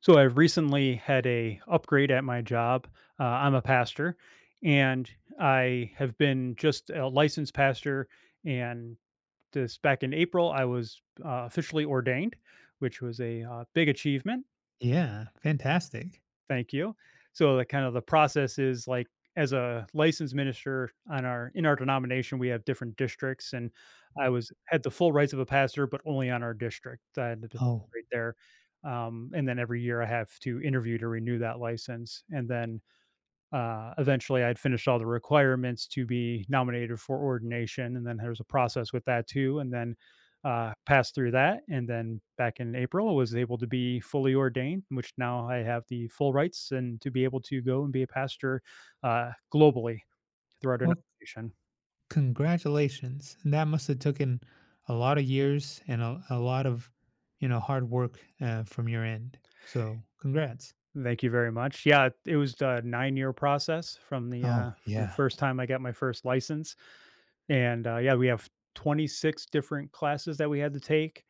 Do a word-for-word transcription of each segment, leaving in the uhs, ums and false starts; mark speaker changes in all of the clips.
Speaker 1: So I've recently had a upgrade at my job. Uh, I'm a pastor, and I have been just a licensed pastor. And this back in April, I was uh, officially ordained, which was a uh, big achievement.
Speaker 2: Yeah, fantastic.
Speaker 1: Thank you. So the kind of the process is like as a licensed minister on our in our denomination, we have different districts, and I was had the full rights of a pastor, but only on our district. So, I had to
Speaker 2: Oh,
Speaker 1: right there, um, and then every year I have to interview to renew that license, and then uh, eventually I'd finished all the requirements to be nominated for ordination. And then there's a process with that too. And then uh, passed through that. And then back in April, I was able to be fully ordained, which now I have the full rights and to be able to go and be a pastor uh, globally throughout our
Speaker 2: well,
Speaker 1: denomination.
Speaker 2: congratulations. That must have taken a lot of years and a, a lot of, you know, hard work uh, from your end. So, congrats.
Speaker 1: Thank you very much. Yeah, it it was a nine-year process from the uh,
Speaker 2: Oh,
Speaker 1: from the
Speaker 2: yeah.
Speaker 1: first time I got my first license, and uh, yeah, we have twenty-six different classes that we had to take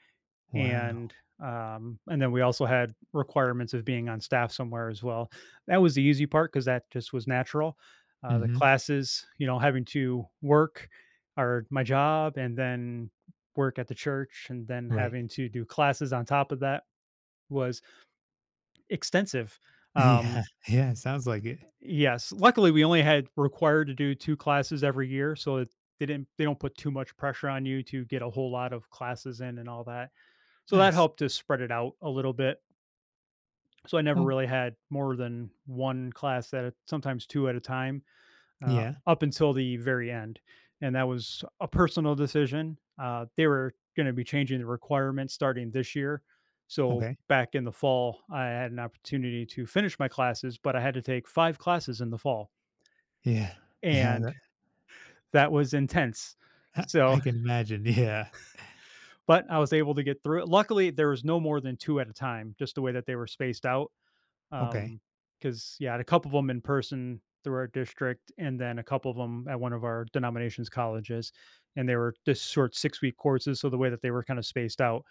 Speaker 2: Wow.
Speaker 1: and um, and then we also had requirements of being on staff somewhere as well. That was the easy part because that just was natural. Uh, the
Speaker 2: Mm-hmm.
Speaker 1: classes, you know, having to work or my job and then work at the church and then
Speaker 2: Right.
Speaker 1: having to do classes on top of that was extensive. Um,
Speaker 2: Yeah. Yeah. Sounds like it.
Speaker 1: yes, luckily we only had required to do two classes every year, so it they didn't they don't put too much pressure on you to get a whole lot of classes in and all that. So that
Speaker 2: Nice.
Speaker 1: helped to spread it out a little bit. So I never
Speaker 2: Well,
Speaker 1: really had more than one class at a sometimes two at a time, uh,
Speaker 2: yeah.
Speaker 1: up until the very end, and that was a personal decision. Uh, they were gonna be changing the requirements starting this year, so
Speaker 2: Okay.
Speaker 1: back in the fall, I had an opportunity to finish my classes, but I had to take five classes in the fall,
Speaker 2: Yeah. Yeah.
Speaker 1: and
Speaker 2: That,
Speaker 1: that was intense.
Speaker 2: I,
Speaker 1: So
Speaker 2: I can imagine. Yeah.
Speaker 1: but I was able to get through it. Luckily, there was no more than two at a time, just the way that they were spaced out.
Speaker 2: Okay.
Speaker 1: Um, because yeah, I had a couple of them in person through our district and then a couple of them at one of our denomination's colleges, and they were just short six-week courses, so the way that they were kinda spaced out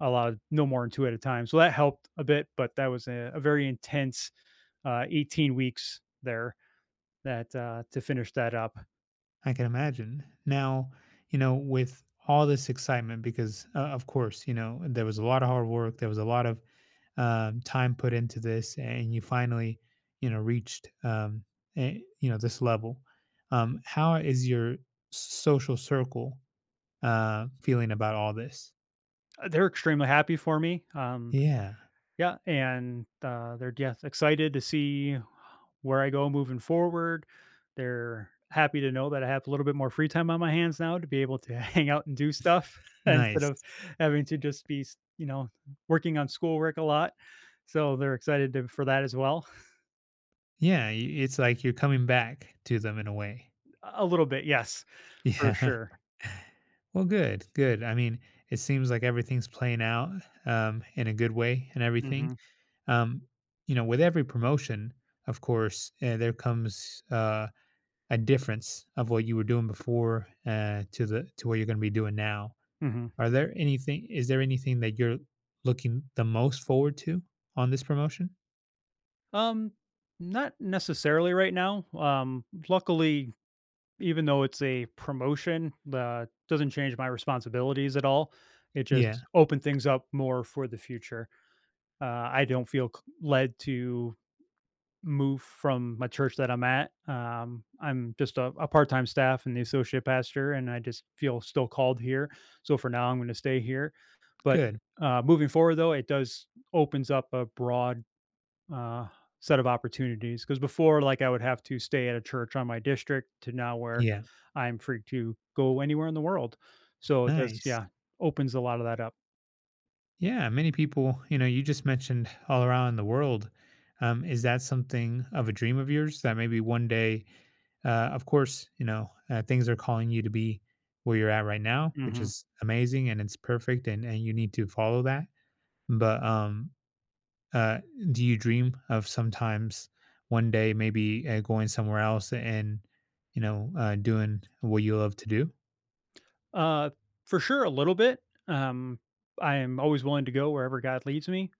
Speaker 1: allowed no more than two at a time, so that helped a bit, but that was a a very intense, uh, eighteen weeks there that, uh to finish that up.
Speaker 2: I can imagine. Now, you know, with all this excitement, because uh, of course, you know, there was a lot of hard work, there was a lot of um, time put into this, and you finally, you know, reached, um, eh, you know, this level. Um, how is your social circle uh, feeling about all this?
Speaker 1: They're extremely happy for me, um
Speaker 2: Yeah,
Speaker 1: yeah, and, uh, they're just excited to see where I go moving forward. They're happy to know that I have a little bit more free time on my hands now to be able to hang out and do stuff instead
Speaker 2: nice.
Speaker 1: of having to just be, s you know, working on schoolwork a lot. So they're excited to for that as well.
Speaker 2: Yeah, y- it's like you're coming back to them in a way.
Speaker 1: A little bit, yes, for
Speaker 2: Yeah.
Speaker 1: sure.
Speaker 2: Well, good, good. I mean, it seems like everything's playing out um, in a good way and everything.
Speaker 1: Mhm,
Speaker 2: Um, you know, with every promotion, of course, uh, there comes uh, a difference of what you were doing before uh, to the to what you're going to be doing now.
Speaker 1: mhm.
Speaker 2: Are there anything? Is there anything that you're looking the most forward to on this promotion?
Speaker 1: Um, Not necessarily right now. Um, luckily even though it's a promotion, uh, doesn't change my responsibilities at all. It
Speaker 2: Yeah,
Speaker 1: just opened things up more for the future. Uh, I don't feel c- led to move from my church that I'm at. Um, I'm just a, a part-time staff and the associate pastor, and I just feel still called here. So for now, I'm going to stay here. But
Speaker 2: good.
Speaker 1: uh, moving forward, though, it does opens up a broad uh, set of opportunities, because before like I would have to stay at a church on my district to now where
Speaker 2: Yeah,
Speaker 1: I'm free to go anywhere in the world, so it does,
Speaker 2: nice.
Speaker 1: yeah, opens a lot of that up.
Speaker 2: Yeah, many people, you know, you just mentioned all around the world. Um, is that something of a dream of yours that maybe one day, uh, of course, you know, uh, things are calling you to be where you're at right now, which
Speaker 1: hmm
Speaker 2: is amazing and it's perfect and, and you need to follow that. But um, uh, do you dream of sometimes one day maybe uh, going somewhere else and, you know, uh, doing what you love to do?
Speaker 1: uh for sure a little bit. um I am always willing to go wherever God leads me,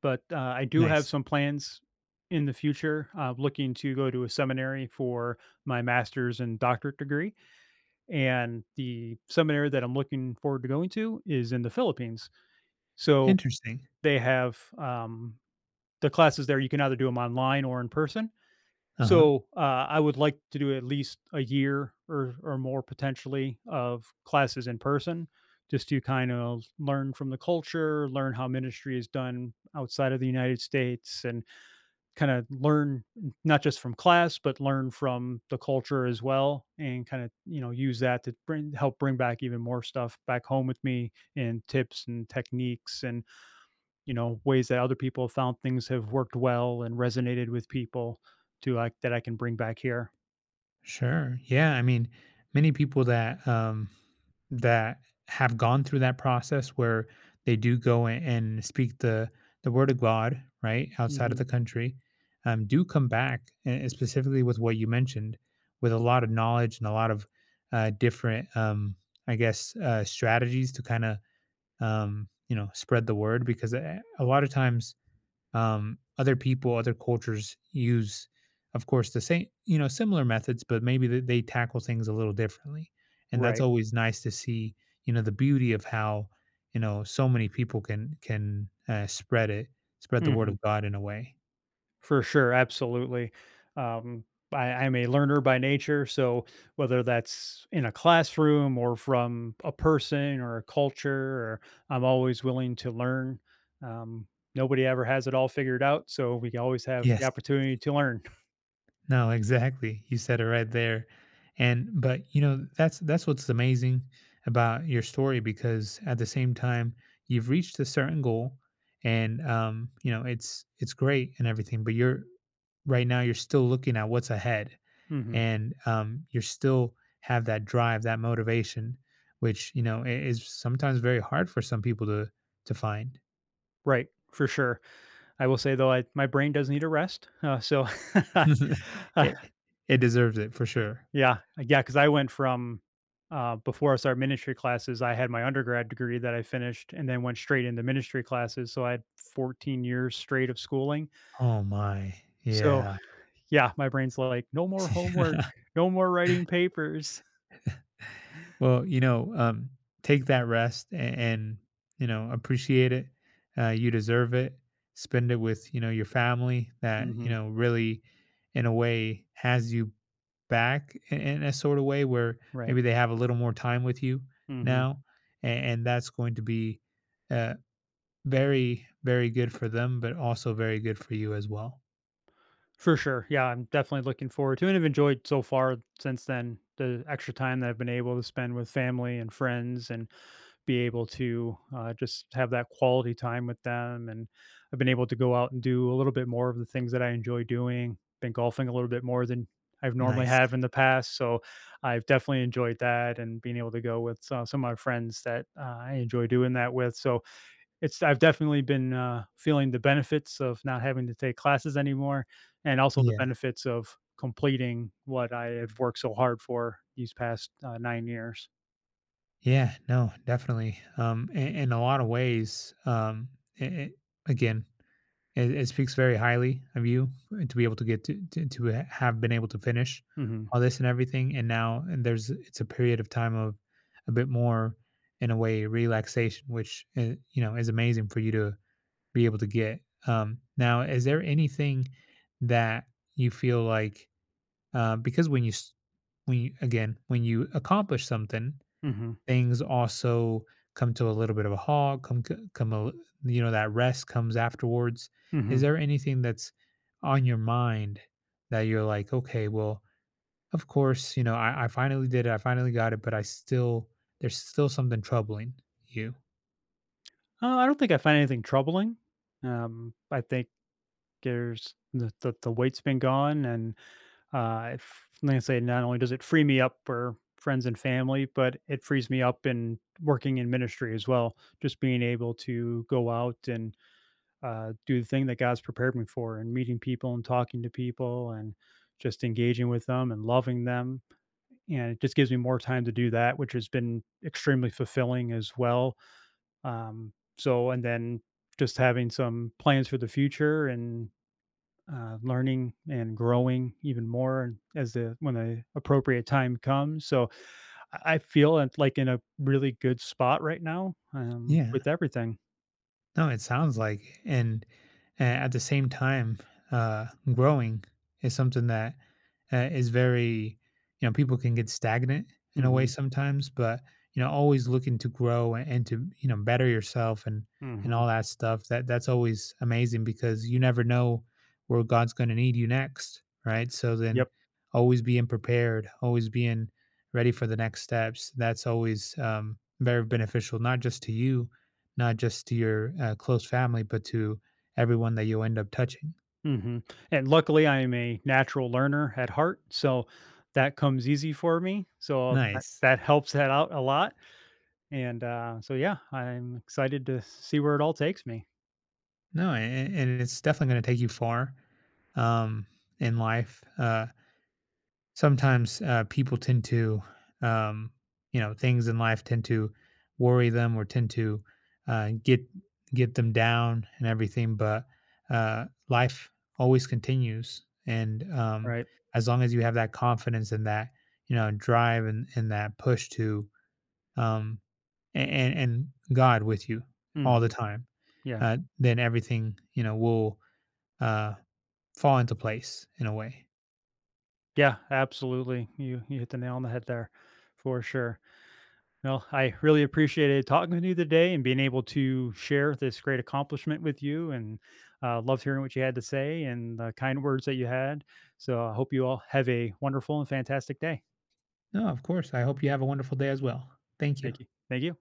Speaker 1: but uh, I do have
Speaker 2: Nice.
Speaker 1: some plans in the future, uh, looking to go to a seminary for my master's and doctorate degree, and the seminary that I'm looking forward to going to is in the Philippines. So
Speaker 2: Interesting.
Speaker 1: they have um, the classes there. You can either do them online or in person.
Speaker 2: Uh huh.
Speaker 1: So uh, I would like to do at least a year or or more potentially of classes in person, just to kind of learn from the culture, learn how ministry is done outside of the United States, and kind of learn not just from class but learn from the culture as well, and kind of, you know, use that to bring help bring back even more stuff back home with me and tips and techniques and, you know, ways that other people have found things have worked well and resonated with people to like that I can bring back here.
Speaker 2: Sure. Yeah. I mean, many people that um, that have gone through that process where they do go a- and speak the the word of God, right, outside of
Speaker 1: Mhm.
Speaker 2: the country, um, do come back, and specifically with what you mentioned, with a lot of knowledge and a lot of uh, different, um, I guess, uh, strategies to kind of um, you know spread the word because a, a lot of times um, other people, other cultures use, of course, the same, you know, similar methods, but maybe they, they tackle things a little differently. And that's
Speaker 1: Right.
Speaker 2: always nice to see, you know, the beauty of how, you know, so many people can can uh, spread it. Spread the word
Speaker 1: Mhm.
Speaker 2: of God in a way.
Speaker 1: For sure, absolutely. Um, I, I'm a learner by nature, so whether that's in a classroom or from a person or a culture, or I'm always willing to learn. Um, Nobody ever has it all figured out, so we always have the
Speaker 2: Yes.
Speaker 1: opportunity to learn.
Speaker 2: No, exactly. You said it right there. And but you know, that's that's what's amazing about your story because at the same time you've reached a certain goal and um, you know, it's it's great and everything, but you're right now you're still looking at what's ahead
Speaker 1: hmm
Speaker 2: and um you're still have that drive, that motivation, which, you know, i- is sometimes very hard for some people to to find.
Speaker 1: Right, for sure. I will say though, I my brain does need a rest, uh, so uh,
Speaker 2: it it deserves it for sure.
Speaker 1: yeah, yeah, because I went from, uh, before I started ministry classes, I had my undergrad degree that I finished and then went straight into ministry classes, so I had fourteen years straight of schooling.
Speaker 2: Oh my.
Speaker 1: So,
Speaker 2: Yeah.
Speaker 1: yeah, my brain's like, "No more homework, no more writing papers."
Speaker 2: Well, you know, um, take that rest and, and you know appreciate it. Uh, you deserve it. Spend it with you know your family that you
Speaker 1: Mhm,
Speaker 2: know really, in a way, has you back in, in a sort of way where
Speaker 1: right,
Speaker 2: maybe they have a little more time with you
Speaker 1: mhm.
Speaker 2: now, and, and that's going to be uh, very very good for them, but also very good for you as well.
Speaker 1: For sure. Yeah, I'm definitely looking forward to it and have enjoyed so far since then the extra time that I've been able to spend with family and friends and be able to uh, just have that quality time with them. And I've been able to go out and do a little bit more of the things that I enjoy doing. Been golfing a little bit more than I've normally
Speaker 2: Nice.
Speaker 1: have in the past. So I've definitely enjoyed that and being able to go with uh, some of my friends that uh, I enjoy doing that with. So it's I've definitely been uh, feeling the benefits of not having to take classes anymore, and also the
Speaker 2: Yeah.
Speaker 1: benefits of completing what I have worked so hard for these past uh, nine years.
Speaker 2: Yeah. No. Definitely. Um. In, in a lot of ways. Um. I I- again It, it speaks very highly of you to be able to get to, to to have been able to finish
Speaker 1: hmm
Speaker 2: all this and everything, and now and there's it's a period of time of a bit more in a way relaxation, which uh, you know is amazing for you to be able to get. Um, now, is there anything that you feel like uh, because when you s- when you, again when you accomplish something
Speaker 1: hmm
Speaker 2: things also come to a little bit of a halt, come c- come a, you know that rest comes afterwards.
Speaker 1: hmm
Speaker 2: Is
Speaker 1: Uh,
Speaker 2: there anything that's on your mind that you're like, okay, well, of course, you know, I, I finally did it, I finally got it, but I still there's still something troubling you.
Speaker 1: I don't think I find anything troubling. Um, I think there's the, the the weight's been gone, and uh, if, like I say, not only does it free me up for friends and family, but it frees me up in working in ministry as well. Just being able to go out and uh, do the thing that God's prepared me for and meeting people and talking to people and just engaging with them and loving them. And it just gives me more time to do that, which has been extremely fulfilling as well. Um, so, and then just having some plans for the future and uh, learning and growing even more as the when the appropriate time comes. So I I feel I'm, like, in a really good spot right now um,
Speaker 2: Yeah.
Speaker 1: with everything.
Speaker 2: No, it sounds like and a at the same time, uh, growing is something that, uh, is very you know, people can get stagnant in a way
Speaker 1: hmm
Speaker 2: sometimes, but, you know, always looking to grow and and to, you know, better yourself and and
Speaker 1: hmm
Speaker 2: all that stuff. That that's always amazing because you never know where God's gonna need you next, right? So then
Speaker 1: Yep.
Speaker 2: always being prepared, always being ready for the next steps, that's always, um, very beneficial, not just to you, not just to your uh, close family, but to everyone that you end up touching.
Speaker 1: Mhm, and luckily, I am a natural learner at heart, so that comes easy for me, so that
Speaker 2: Nice.
Speaker 1: that helps that out a lot, and, uh, so yeah, I'm excited to see where it all takes me.
Speaker 2: No, a- a- and it's definitely going to take you far um, in life. Uh, sometimes uh, people tend to, um, you know, things in life tend to worry them or tend to uh, get get them down and everything. But uh, life always continues, and um,
Speaker 1: Right.
Speaker 2: as long as you have that confidence and that you know drive and, and that push to um, and and God with you all the
Speaker 1: Mhm.
Speaker 2: time,
Speaker 1: Yeah.
Speaker 2: uh, then everything you know will uh, fall into place in a way.
Speaker 1: Yeah, absolutely. You you hit the nail on the head there, for sure. Well, I really appreciated talking with you today and being able to share this great accomplishment with you, and, uh, loved hearing what you had to say and the kind words that you had, so I hope you all have a wonderful and fantastic day.
Speaker 2: No, of course. I hope you have a wonderful day as well. Thank you.
Speaker 1: Thank you. Thank you.